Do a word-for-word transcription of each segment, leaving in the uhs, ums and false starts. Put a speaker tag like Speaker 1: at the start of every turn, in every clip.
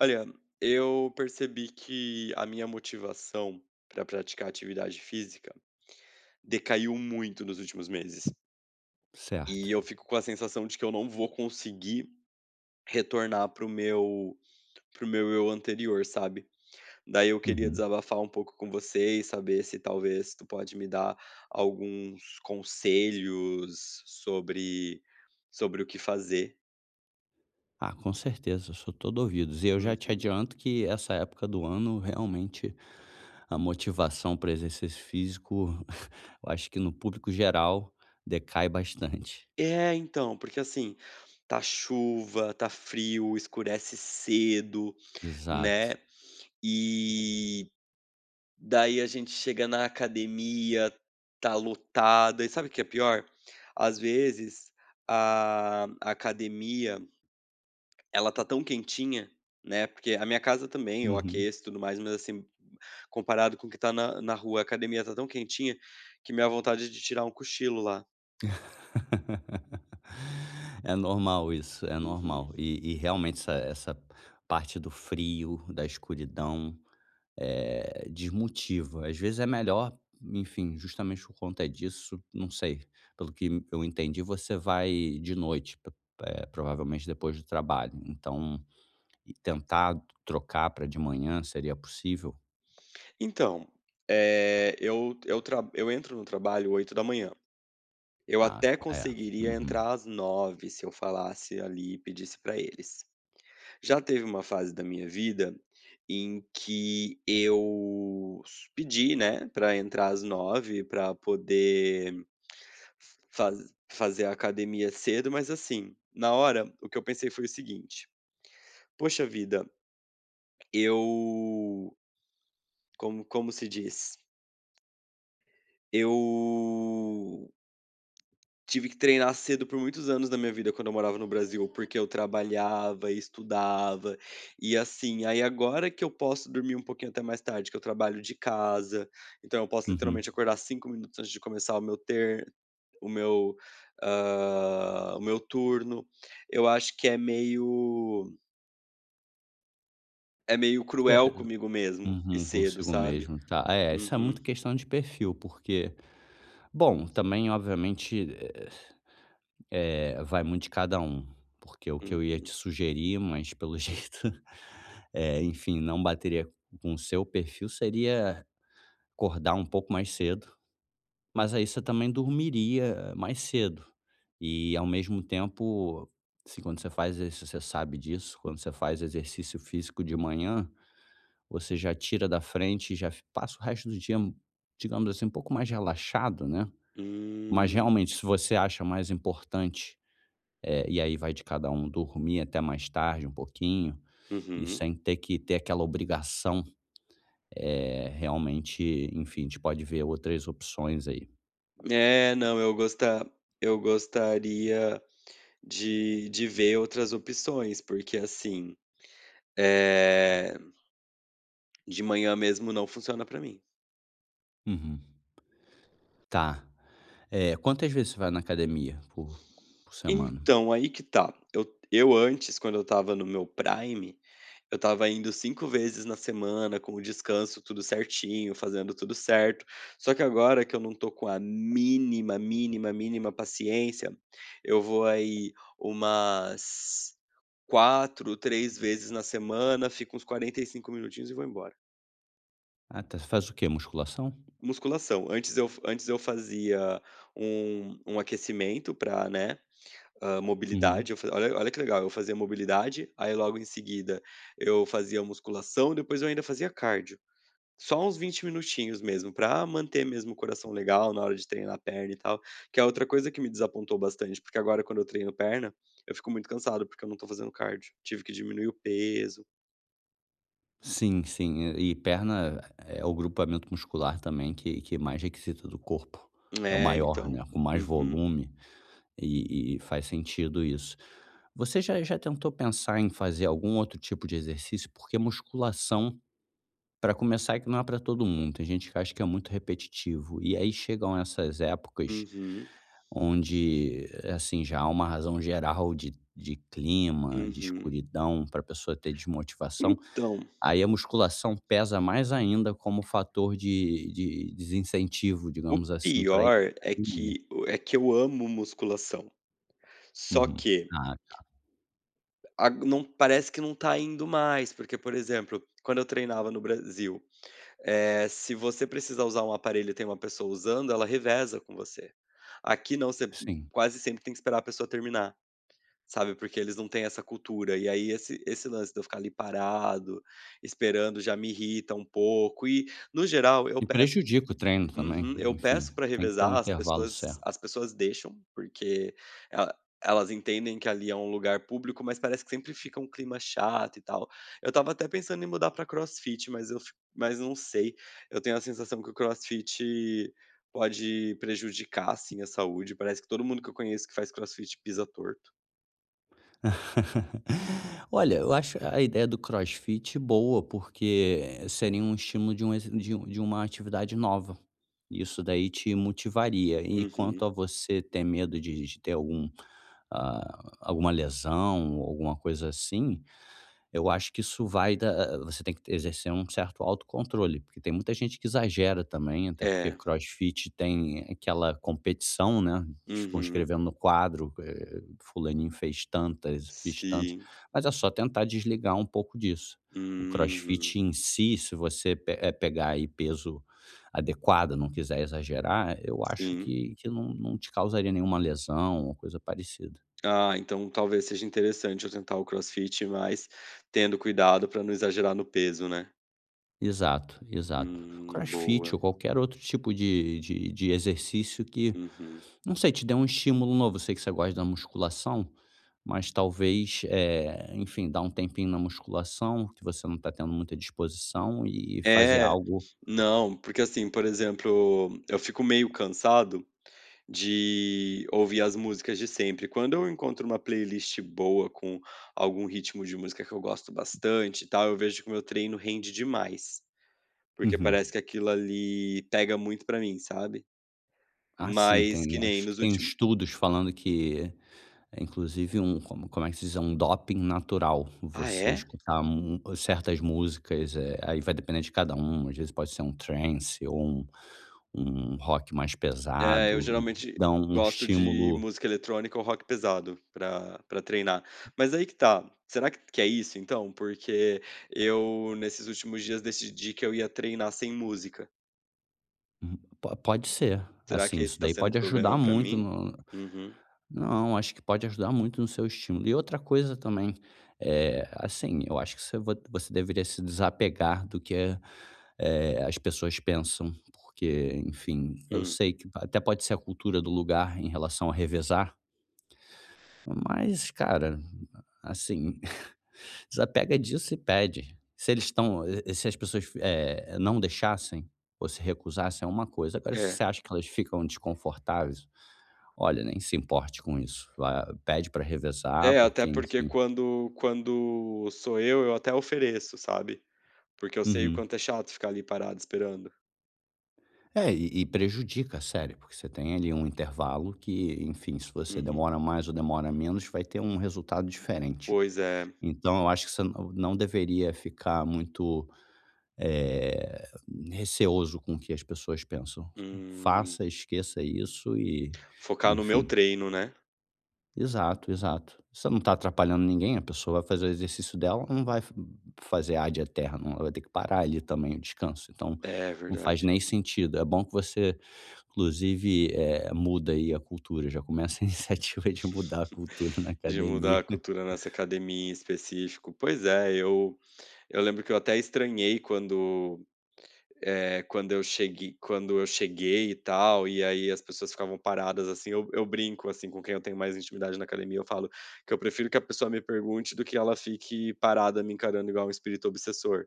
Speaker 1: Olha, eu percebi que a minha motivação para praticar atividade física decaiu muito nos últimos meses.
Speaker 2: Certo.
Speaker 1: E eu fico com a sensação de que eu não vou conseguir retornar pro meu pro meu eu anterior, sabe? Daí eu queria
Speaker 2: Uhum.
Speaker 1: desabafar um pouco com você e saber se talvez tu pode me dar alguns conselhos sobre sobre o que fazer.
Speaker 2: Ah, com certeza, eu sou todo ouvidos. E eu já te
Speaker 1: Uhum.
Speaker 2: adianto que essa época do ano, realmente, a motivação para exercício físico, eu acho que no público geral, decai bastante.
Speaker 1: É, então, porque assim, tá chuva, tá frio, escurece cedo, né?
Speaker 2: Exato.
Speaker 1: E daí a gente chega na academia, tá lotada. E sabe o que é pior? Às vezes a a academia, ela tá tão quentinha, né? Porque a minha casa também, eu
Speaker 2: Uhum.
Speaker 1: aqueço e tudo mais, mas assim, comparado com o que tá na, na rua, a academia tá tão quentinha que minha vontade é de tirar um cochilo lá.
Speaker 2: É normal isso, é
Speaker 1: Uhum.
Speaker 2: normal. E, e realmente essa, essa parte do frio, da escuridão, eh, desmotiva. Às vezes é melhor, enfim, justamente por conta disso, não sei. Pelo que eu entendi, você vai de noite, p- eh, provavelmente depois do trabalho. Então, e tentar trocar para de manhã seria possível?
Speaker 1: Então, eh, eu eu tra eu entro no trabalho oito da manhã. Eu
Speaker 2: Ah,
Speaker 1: até
Speaker 2: é.
Speaker 1: conseguiria
Speaker 2: Uhum.
Speaker 1: entrar às nove se eu falasse ali e pedisse para eles. Já teve uma fase da minha vida em que eu s pedi, né, para entrar às nove para poder faz fazer a academia cedo, mas assim, na hora o que eu pensei foi o seguinte: "Poxa vida, eu", como como se diz? Eu Tive que treinar cedo por muitos anos da minha vida quando eu morava no Brasil, porque eu trabalhava e estudava, e assim, aí agora que eu posso dormir um pouquinho até mais tarde, que eu trabalho de casa, então eu posso
Speaker 2: Uhum.
Speaker 1: literalmente acordar cinco minutos antes de começar o meu ter o meu, hã, o meu turno. Eu acho que é meio é meio cruel
Speaker 2: É,
Speaker 1: comigo mesmo e
Speaker 2: uhum,
Speaker 1: cedo,
Speaker 2: consigo
Speaker 1: sabe.
Speaker 2: mesmo, tá? É, isso é
Speaker 1: Uhum,
Speaker 2: muito questão de perfil, porque, bom, também, obviamente. eh, É, vai muito de cada um, porque o que eu ia te
Speaker 1: uhum.
Speaker 2: sugerir, mas pelo jeito, eh, enfim, não bateria com o seu perfil, seria acordar um pouco mais cedo, mas aí você também dormiria mais cedo. E ao mesmo tempo, assim, quando você faz exercício, você sabe disso, quando você faz exercício físico de manhã, você já tira da frente e já fi- passa o resto do dia, digamos assim, um pouco mais relaxado, né? Mas
Speaker 1: Hum,
Speaker 2: realmente, se você acha mais importante eh, e aí vai de cada um dormir até mais tarde um pouquinho, e
Speaker 1: uhum.
Speaker 2: sem ter que ter aquela obrigação, eh, realmente, enfim, a gente pode ver outras opções aí.
Speaker 1: É, não, eu gostar eu gostaria De de ver outras opções, porque assim, eh, de manhã mesmo não funciona pra mim.
Speaker 2: Uhum. Tá. Eh, quantas vezes você vai na academia por por semana?
Speaker 1: Então, aí que tá, eu eu antes, quando eu estava no meu prime, eu estava indo cinco vezes na semana, com o descanso tudo certinho, fazendo tudo certo, só que agora que eu não tô com a mínima, mínima, mínima paciência, eu vou aí umas quatro, três vezes na semana, fico uns quarenta e cinco minutinhos e vou embora.
Speaker 2: Ah, tá. Você faz o quê? Musculação?
Speaker 1: Musculação. Antes eu antes eu fazia um um aquecimento para, né, hã,
Speaker 2: Uhum.
Speaker 1: mobilidade, eu fa olha olha que legal, eu fazia mobilidade, aí logo em seguida eu fazia musculação, depois eu ainda fazia cardio. Só uns vinte minutinhos mesmo, pra manter mesmo o coração legal na hora de treinar a perna e tal, que é outra coisa que me desapontou bastante, porque agora quando eu treino perna, eu fico muito cansado, porque eu não tô fazendo cardio. Tive que diminuir o peso.
Speaker 2: Sim, sim. E e perna é o grupamento muscular também que que mais requisita do corpo. É o
Speaker 1: É,
Speaker 2: maior,
Speaker 1: então.
Speaker 2: né, com mais
Speaker 1: Uhum.
Speaker 2: volume. E e faz sentido isso. Você já já tentou pensar em fazer algum outro tipo de exercício? Porque musculação, para começar, é que não é pra todo mundo. Tem gente que acha que é muito repetitivo. E aí chegam essas épocas
Speaker 1: Uhum.
Speaker 2: onde, assim, já há uma razão geral de de clima, de
Speaker 1: Uhum.
Speaker 2: escuridão, para a pessoa ter desmotivação.
Speaker 1: Então
Speaker 2: Aí a musculação pesa mais ainda como fator de de desincentivo,
Speaker 1: o
Speaker 2: digamos assim, para ir
Speaker 1: pior
Speaker 2: pra
Speaker 1: é
Speaker 2: academia.
Speaker 1: que é que eu amo musculação, só
Speaker 2: Uhum.
Speaker 1: que
Speaker 2: Ah,
Speaker 1: a não parece que não tá indo mais, porque, por exemplo, quando eu treinava no Brasil, eh, se você precisa usar um aparelho e tem uma pessoa usando, ela reveza com você. Aqui não, você
Speaker 2: sim.
Speaker 1: quase sempre tem que esperar a pessoa terminar, sabe, porque eles não têm essa cultura, e aí esse esse lance de eu ficar ali parado, esperando, já me irrita um pouco e, no geral, eu
Speaker 2: E
Speaker 1: peço.
Speaker 2: prejudica o treino também,
Speaker 1: Uhum. Eu
Speaker 2: enfim,
Speaker 1: peço para
Speaker 2: tem que ter um
Speaker 1: revezar, as
Speaker 2: intervalo
Speaker 1: pessoas
Speaker 2: certo.
Speaker 1: as pessoas deixam, porque ela elas entendem que ali é um lugar público, mas parece que sempre fica um clima chato e tal. Eu estava até pensando em mudar para CrossFit, mas eu fi mas não sei. Eu tenho a sensação que o CrossFit pode prejudicar, assim, a saúde. Parece que todo mundo que eu conheço que faz CrossFit pisa torto.
Speaker 2: Olha, eu acho a ideia do CrossFit boa, porque seria um estímulo de um ex de um de uma atividade nova. Isso daí te motivaria. E quanto
Speaker 1: Uhum.
Speaker 2: a você ter medo de de ter algum, ah, alguma lesão ou alguma coisa assim, eu acho que isso vai da eh, eh, você tem que exercer um certo autocontrole, porque tem muita gente que exagera também, até porque
Speaker 1: É.
Speaker 2: crossfit tem aquela competição, né, eles ficam
Speaker 1: Uhum.
Speaker 2: escrevendo no quadro, eh, "fulaninho fez tantas, fiz tantas",
Speaker 1: Sim.
Speaker 2: mas é só tentar desligar um pouco disso. O
Speaker 1: Uhum.
Speaker 2: crossfit em si, se você pe eh, pegar aí peso adequado, não quiser exagerar, eu acho
Speaker 1: Sim.
Speaker 2: que que não não te causaria nenhuma lesão ou coisa parecida.
Speaker 1: Ah, então talvez seja interessante eu tentar o crossfit, mas tendo cuidado para não exagerar no peso, né.
Speaker 2: Exato, exato.
Speaker 1: Hum, boa.
Speaker 2: Crossfit ou qualquer outro tipo de de de exercício que,
Speaker 1: Uhum.
Speaker 2: não sei, te dê um estímulo novo. Eu sei que você gosta da musculação, mas talvez, eh, enfim, dar um tempinho na musculação, que você não está tendo muita disposição, e fazer
Speaker 1: É,
Speaker 2: algo.
Speaker 1: não, porque assim, por exemplo, eu fico meio cansado de ouvir as músicas de sempre. Quando eu encontro uma playlist boa com algum ritmo de música que eu gosto bastante e tal, eu vejo que o meu treino rende demais, porque parece
Speaker 2: Uhum.
Speaker 1: que aquilo ali pega muito pra mim, sabe.
Speaker 2: Ah, sim,
Speaker 1: Mas que
Speaker 2: tem
Speaker 1: nem
Speaker 2: acho que
Speaker 1: nos
Speaker 2: tem
Speaker 1: últimos,
Speaker 2: estudos falando que é inclusive um como como é que se diz? É um doping natural.
Speaker 1: ah,
Speaker 2: Você
Speaker 1: é?
Speaker 2: escutar mu certas músicas, eh, aí vai depender de cada um, às vezes pode ser um trance ou um um rock mais
Speaker 1: É, eu
Speaker 2: pesado,
Speaker 1: geralmente
Speaker 2: dá um
Speaker 1: gosto de
Speaker 2: estímulo.
Speaker 1: música eletrônica ou rock pesado pra pra treinar. Mas aí que tá, será que que é isso então? Porque eu, nesses últimos dias, decidi que eu ia treinar sem música.
Speaker 2: Po Pode ser,
Speaker 1: Será
Speaker 2: assim,
Speaker 1: que
Speaker 2: isso
Speaker 1: esse tá
Speaker 2: daí
Speaker 1: sendo o
Speaker 2: pode ajudar
Speaker 1: problema pra
Speaker 2: muito
Speaker 1: mim?
Speaker 2: no,
Speaker 1: Uhum.
Speaker 2: não, acho que pode ajudar muito no seu estímulo. E outra coisa também, eh, assim, eu acho que você vo você deveria se desapegar do que, eh, as pessoas pensam, porque, enfim, eu
Speaker 1: Hum.
Speaker 2: sei que até pode ser a cultura do lugar em relação a revezar, mas, cara, assim, desapega disso e pede. Se eles estão se as pessoas, eh, não deixassem ou se recusassem é uma coisa, agora se
Speaker 1: É.
Speaker 2: você acha que elas ficam desconfortáveis, olha, nem se importe com isso, vá pede para revezar,
Speaker 1: É, até
Speaker 2: porque
Speaker 1: porque
Speaker 2: enfim.
Speaker 1: quando quando sou eu, eu até ofereço, sabe. Porque eu sei o
Speaker 2: Uhum.
Speaker 1: quanto é chato ficar ali parado esperando.
Speaker 2: É, e e prejudica, sério, porque você tem ali um intervalo que, enfim, se você
Speaker 1: Uhum.
Speaker 2: demora mais ou demora menos, vai ter um resultado diferente.
Speaker 1: Pois é.
Speaker 2: Então eu acho que você não não deveria ficar muito eh, receoso com o que as pessoas pensam.
Speaker 1: Hum.
Speaker 2: Faça, esqueça isso e
Speaker 1: Focar no meu
Speaker 2: enfim.
Speaker 1: treino, né.
Speaker 2: Exato, exato. Você não está atrapalhando ninguém, a pessoa vai fazer o exercício dela, não vai f fazer ad eternum, ela vai ter que parar ali também o descanso, então
Speaker 1: É,
Speaker 2: não faz
Speaker 1: verdade.
Speaker 2: nem sentido. É bom que você, inclusive, eh, muda aí a cultura, já começa a iniciativa de mudar a cultura na
Speaker 1: De mudar
Speaker 2: academia.
Speaker 1: a cultura nessa academia em específico. Pois é, eu eu lembro que eu até estranhei quando, é quando eu cheguei quando eu cheguei e tal, e aí as pessoas ficavam paradas, assim, eu eu brinco, assim, com quem eu tenho mais intimidade na academia, eu falo que eu prefiro que a pessoa me pergunte do que ela fique parada me encarando igual um espírito obsessor.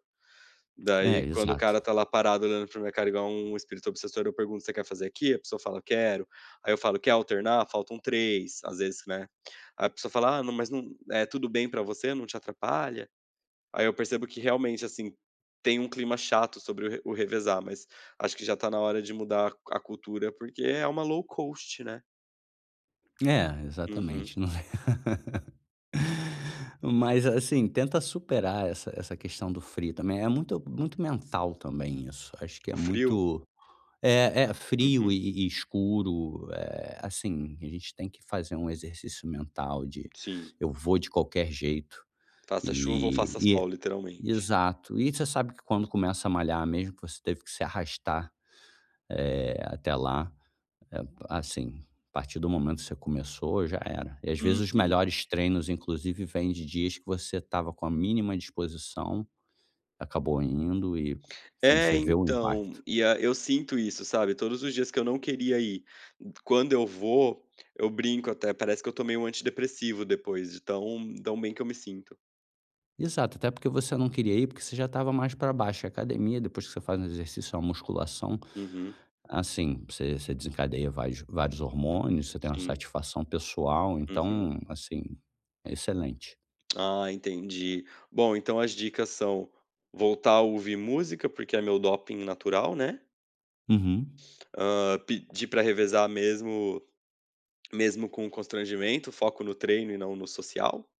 Speaker 2: É,
Speaker 1: Daí, quando o
Speaker 2: exato.
Speaker 1: cara tá lá parado olhando pra minha cara igual um espírito obsessor, eu pergunto: "Você quer fazer aqui?" A pessoa fala: "Quero". Aí eu falo: "Quer alternar? Faltam três", às vezes, né. Aí a pessoa fala: "Ah, não, mas não é tudo bem pra você? Não te atrapalha?" Aí eu percebo que realmente, assim, tem um clima chato sobre o re o revezar, mas acho que já tá na hora de mudar a cultura, porque é uma low cost, né.
Speaker 2: É,
Speaker 1: Uhum.
Speaker 2: exatamente. Não. Mas assim, tenta superar essa essa questão do frio também. É muito muito mental também isso. Acho que é
Speaker 1: O frio?
Speaker 2: muito é é frio
Speaker 1: Uhum.
Speaker 2: e e escuro, eh, assim, a gente tem que fazer um exercício mental de:
Speaker 1: Sim.
Speaker 2: "Eu vou de qualquer jeito".
Speaker 1: Faça chuva ou
Speaker 2: E
Speaker 1: faça
Speaker 2: e é,
Speaker 1: sol, literalmente.
Speaker 2: exato. E você sabe que quando começa a malhar, mesmo que você teve que se arrastar, eh, até lá, é, assim, a partir do momento que você começou, já era. E às vezes os
Speaker 1: Uhum.
Speaker 2: melhores treinos, inclusive, vêm de dias que você estava com a mínima disposição, acabou indo e, enfim,
Speaker 1: É,
Speaker 2: você vê o
Speaker 1: então,
Speaker 2: impacto.
Speaker 1: e a eu sinto isso, sabe, todos os dias que eu não queria ir, quando eu vou, eu brinco até, parece que eu tomei um antidepressivo depois de tão tão bem que eu me sinto.
Speaker 2: Exato, até porque você não queria ir, porque você já estava mais para baixo. A academia, depois que você faz um exercício, uma musculação,
Speaker 1: Uhum,
Speaker 2: assim, você, você desencadeia vários, vários hormônios, você tem uma
Speaker 1: sim,
Speaker 2: satisfação pessoal,
Speaker 1: uhum.
Speaker 2: então, assim, é excelente.
Speaker 1: Ah, entendi. Bom, então as dicas são: voltar a ouvir música, porque é meu doping natural, né,
Speaker 2: Uhum.
Speaker 1: hã, pedir pra revezar mesmo mesmo com o constrangimento, foco no treino e não no social.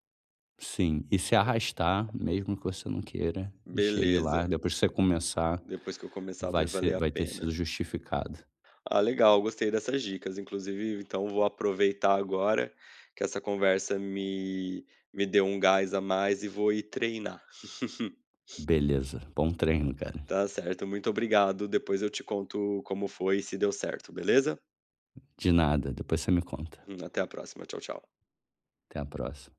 Speaker 2: Sim, e se arrastar, mesmo que você não queira, e chegue
Speaker 1: Beleza,
Speaker 2: lá, depois que você começar,
Speaker 1: depois que eu começar vai
Speaker 2: vai
Speaker 1: valer
Speaker 2: ser
Speaker 1: a
Speaker 2: vai ter
Speaker 1: pena.
Speaker 2: sido justificado.
Speaker 1: Ah, legal, gostei dessas dicas. Inclusive, então vou aproveitar agora que essa conversa me, me deu um gás a mais e vou ir treinar.
Speaker 2: Beleza, bom treino, cara.
Speaker 1: Tá certo, muito obrigado. Depois eu te conto como foi e se deu certo, beleza?
Speaker 2: De nada, depois você me conta.
Speaker 1: Hum. Até a próxima. Tchau, tchau.
Speaker 2: Até a próxima.